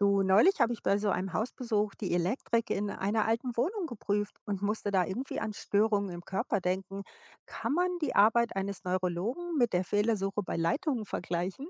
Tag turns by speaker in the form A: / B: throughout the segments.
A: Du, neulich habe ich bei so einem Hausbesuch die Elektrik in einer alten Wohnung geprüft und musste da irgendwie an Störungen im Körper denken. Kann man die Arbeit eines Neurologen mit der Fehlersuche bei Leitungen vergleichen?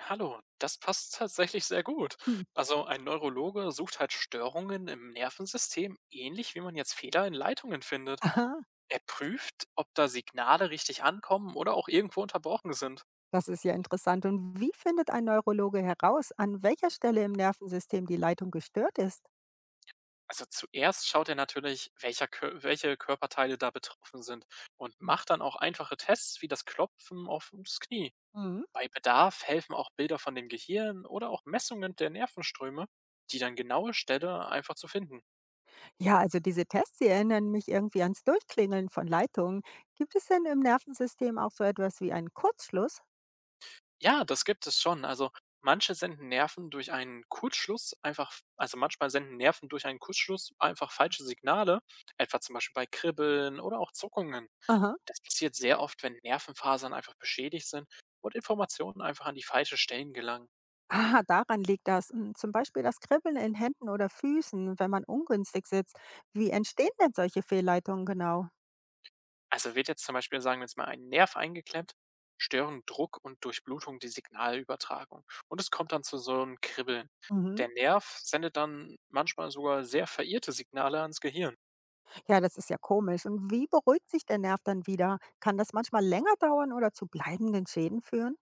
B: Hallo, das passt tatsächlich sehr gut.
A: Hm.
B: Also ein Neurologe sucht halt Störungen im Nervensystem, ähnlich wie man jetzt Fehler in Leitungen findet.
A: Aha,
B: Er prüft, ob da Signale richtig ankommen oder auch irgendwo unterbrochen sind.
A: das ist ja interessant. Und wie findet ein Neurologe heraus, an welcher Stelle im Nervensystem die Leitung gestört ist?
B: Also zuerst schaut er natürlich, welche Körperteile da betroffen sind und macht dann auch einfache Tests wie das Klopfen auf das Knie.
A: Hm.
B: Bei Bedarf helfen auch Bilder von dem Gehirn oder auch Messungen der Nervenströme, die dann genaue Stelle einfach zu finden.
A: Ja, also diese Tests, die erinnern mich irgendwie ans Durchklingeln von Leitungen. Gibt es denn im Nervensystem auch so etwas wie einen Kurzschluss?
B: Ja, das gibt es schon. Manche senden Nerven durch einen Kurzschluss einfach also, manchmal senden Nerven durch einen Kurzschluss einfach falsche Signale, etwa zum Beispiel bei Kribbeln oder auch Zuckungen.
A: Aha.
B: Das passiert sehr oft, wenn Nervenfasern einfach beschädigt sind und Informationen einfach an die falschen Stellen gelangen.
A: Ah, daran liegt das. Hm, zum Beispiel das Kribbeln in Händen oder Füßen, wenn man ungünstig sitzt. Wie entstehen denn solche Fehlleitungen genau?
B: Also, wird jetzt zum Beispiel, sagen wir jetzt mal, ein Nerv eingeklemmt, stören Druck und Durchblutung die Signalübertragung und es kommt dann zu so einem Kribbeln.
A: Mhm.
B: Der Nerv sendet dann manchmal sogar sehr verirrte Signale ans Gehirn.
A: Ja, das ist ja komisch. Und wie beruhigt sich der Nerv dann wieder? Kann das manchmal länger dauern oder zu bleibenden Schäden führen?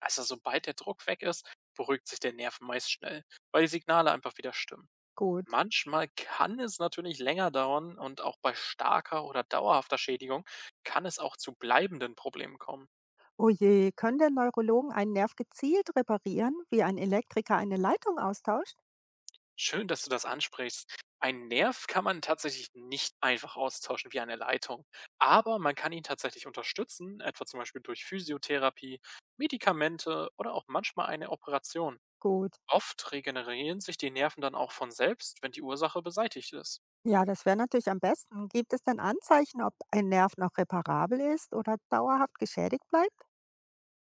B: Also sobald der Druck weg ist, beruhigt sich der Nerv meist schnell, weil die Signale einfach wieder stimmen.
A: Gut.
B: Manchmal kann es natürlich länger dauern und auch bei starker oder dauerhafter Schädigung kann es auch zu bleibenden Problemen kommen.
A: Oh je, können denn Neurologen einen Nerv gezielt reparieren, wie ein Elektriker eine Leitung austauscht?
B: Schön, dass du das ansprichst. Ein Nerv kann man tatsächlich nicht einfach austauschen wie eine Leitung, aber man kann ihn tatsächlich unterstützen, etwa zum Beispiel durch Physiotherapie, Medikamente oder auch manchmal eine Operation.
A: Gut.
B: Oft regenerieren sich die Nerven dann auch von selbst, wenn die Ursache beseitigt ist.
A: Ja, das wäre natürlich am besten. Gibt es denn Anzeichen, ob ein Nerv noch reparabel ist oder dauerhaft geschädigt bleibt?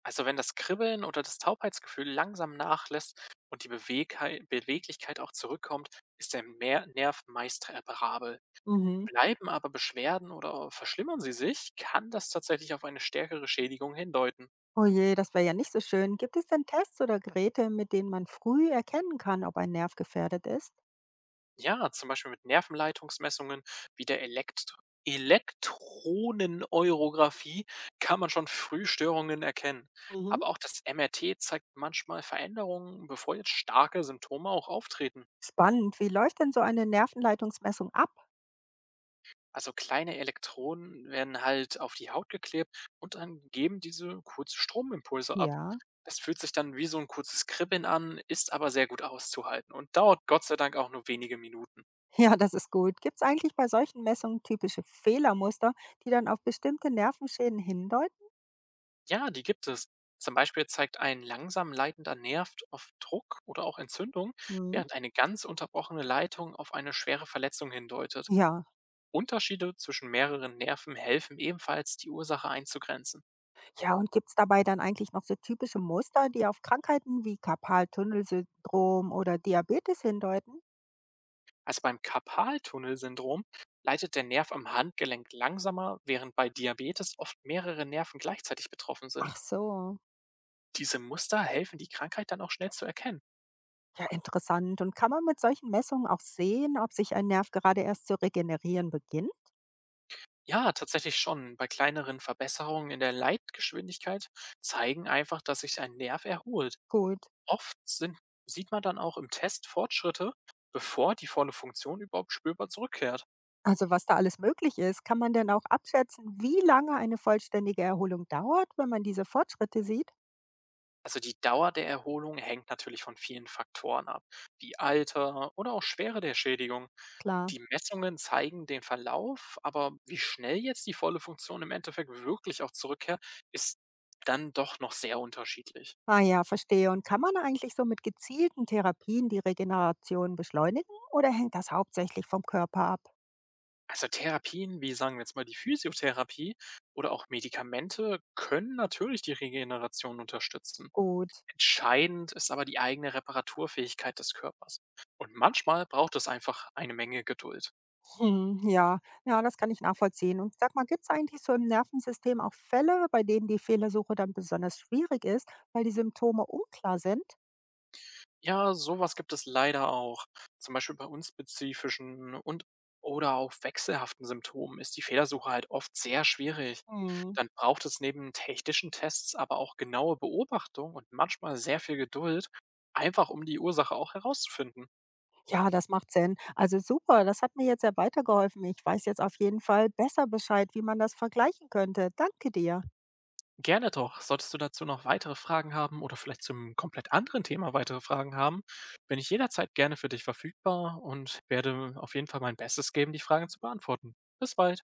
B: Also wenn das Kribbeln oder das Taubheitsgefühl langsam nachlässt und die Beweglichkeit auch zurückkommt, ist der Nerv meist reparabel.
A: Mhm.
B: Bleiben aber Beschwerden oder verschlimmern sie sich, kann das tatsächlich auf eine stärkere Schädigung hindeuten.
A: Oh je, das wäre ja nicht so schön. Gibt es denn Tests oder Geräte, mit denen man früh erkennen kann, ob ein Nerv gefährdet ist?
B: Ja, zum Beispiel mit Nervenleitungsmessungen wie der Elektroneneurographie kann man schon früh Störungen erkennen.
A: Mhm.
B: Aber auch das MRT zeigt manchmal Veränderungen, bevor jetzt starke Symptome auch auftreten.
A: Spannend, wie läuft denn so eine Nervenleitungsmessung ab?
B: Also kleine Elektronen werden halt auf die Haut geklebt und dann geben diese kurze Stromimpulse ab.
A: Ja.
B: Das fühlt sich dann wie so ein kurzes Kribbeln an, ist aber sehr gut auszuhalten und dauert Gott sei Dank auch nur wenige Minuten.
A: Ja, das ist gut. Gibt es eigentlich bei solchen Messungen typische Fehlermuster, die dann auf bestimmte Nervenschäden hindeuten?
B: Ja, die gibt es. Zum Beispiel zeigt ein langsam leitender Nerv auf Druck oder auch Entzündung,
A: Mhm.
B: während eine ganz unterbrochene Leitung auf eine schwere Verletzung hindeutet.
A: Ja.
B: Unterschiede zwischen mehreren Nerven helfen ebenfalls, die Ursache einzugrenzen.
A: Ja, und gibt es dabei dann eigentlich noch so typische Muster, die auf Krankheiten wie Karpaltunnelsyndrom oder Diabetes hindeuten?
B: Also beim Karpaltunnelsyndrom leidet der Nerv am Handgelenk langsamer, während bei Diabetes oft mehrere Nerven gleichzeitig betroffen sind.
A: Ach so.
B: Diese Muster helfen, die Krankheit dann auch schnell zu erkennen.
A: Ja, interessant. Und kann man mit solchen Messungen auch sehen, ob sich ein Nerv gerade erst zu regenerieren beginnt?
B: Ja, tatsächlich schon. Bei kleineren Verbesserungen in der Leitgeschwindigkeit zeigen einfach, dass sich ein Nerv erholt.
A: Gut.
B: Oft sind, sieht man dann auch im Test Fortschritte, bevor die volle Funktion überhaupt spürbar zurückkehrt.
A: Also was da alles möglich ist, kann man denn auch abschätzen, wie lange eine vollständige Erholung dauert, wenn man diese Fortschritte sieht?
B: Also die Dauer der Erholung hängt natürlich von vielen Faktoren ab, wie Alter oder auch Schwere der Schädigung.
A: Klar.
B: Die Messungen zeigen den Verlauf, aber wie schnell jetzt die volle Funktion im Endeffekt wirklich auch zurückkehrt, ist dann doch noch sehr unterschiedlich.
A: Ah ja, verstehe. Und kann man eigentlich so mit gezielten Therapien die Regeneration beschleunigen oder hängt das hauptsächlich vom Körper ab?
B: Also Therapien, wie sagen wir jetzt mal die Physiotherapie oder auch Medikamente, können natürlich die Regeneration unterstützen.
A: Gut.
B: Entscheidend ist aber die eigene Reparaturfähigkeit des Körpers. Und manchmal braucht es einfach eine Menge Geduld.
A: Mhm, ja, ja, das kann ich nachvollziehen. Und sag mal, gibt es eigentlich so im Nervensystem auch Fälle, bei denen die Fehlersuche dann besonders schwierig ist, weil die Symptome unklar sind?
B: Ja, sowas gibt es leider auch. Zum Beispiel bei unspezifischen und oder auch wechselhaften Symptomen ist die Fehlersuche halt oft sehr schwierig.
A: Mhm.
B: Dann braucht es neben technischen Tests aber auch genaue Beobachtung und manchmal sehr viel Geduld, einfach um die Ursache auch herauszufinden.
A: Ja, das macht Sinn. Also super, das hat mir jetzt sehr weitergeholfen. Ich weiß jetzt auf jeden Fall besser Bescheid, wie man das vergleichen könnte. Danke dir.
B: Gerne doch. Solltest du dazu noch weitere Fragen haben oder vielleicht zum komplett anderen Thema weitere Fragen haben, bin ich jederzeit gerne für dich verfügbar und werde auf jeden Fall mein Bestes geben, die Fragen zu beantworten. Bis bald.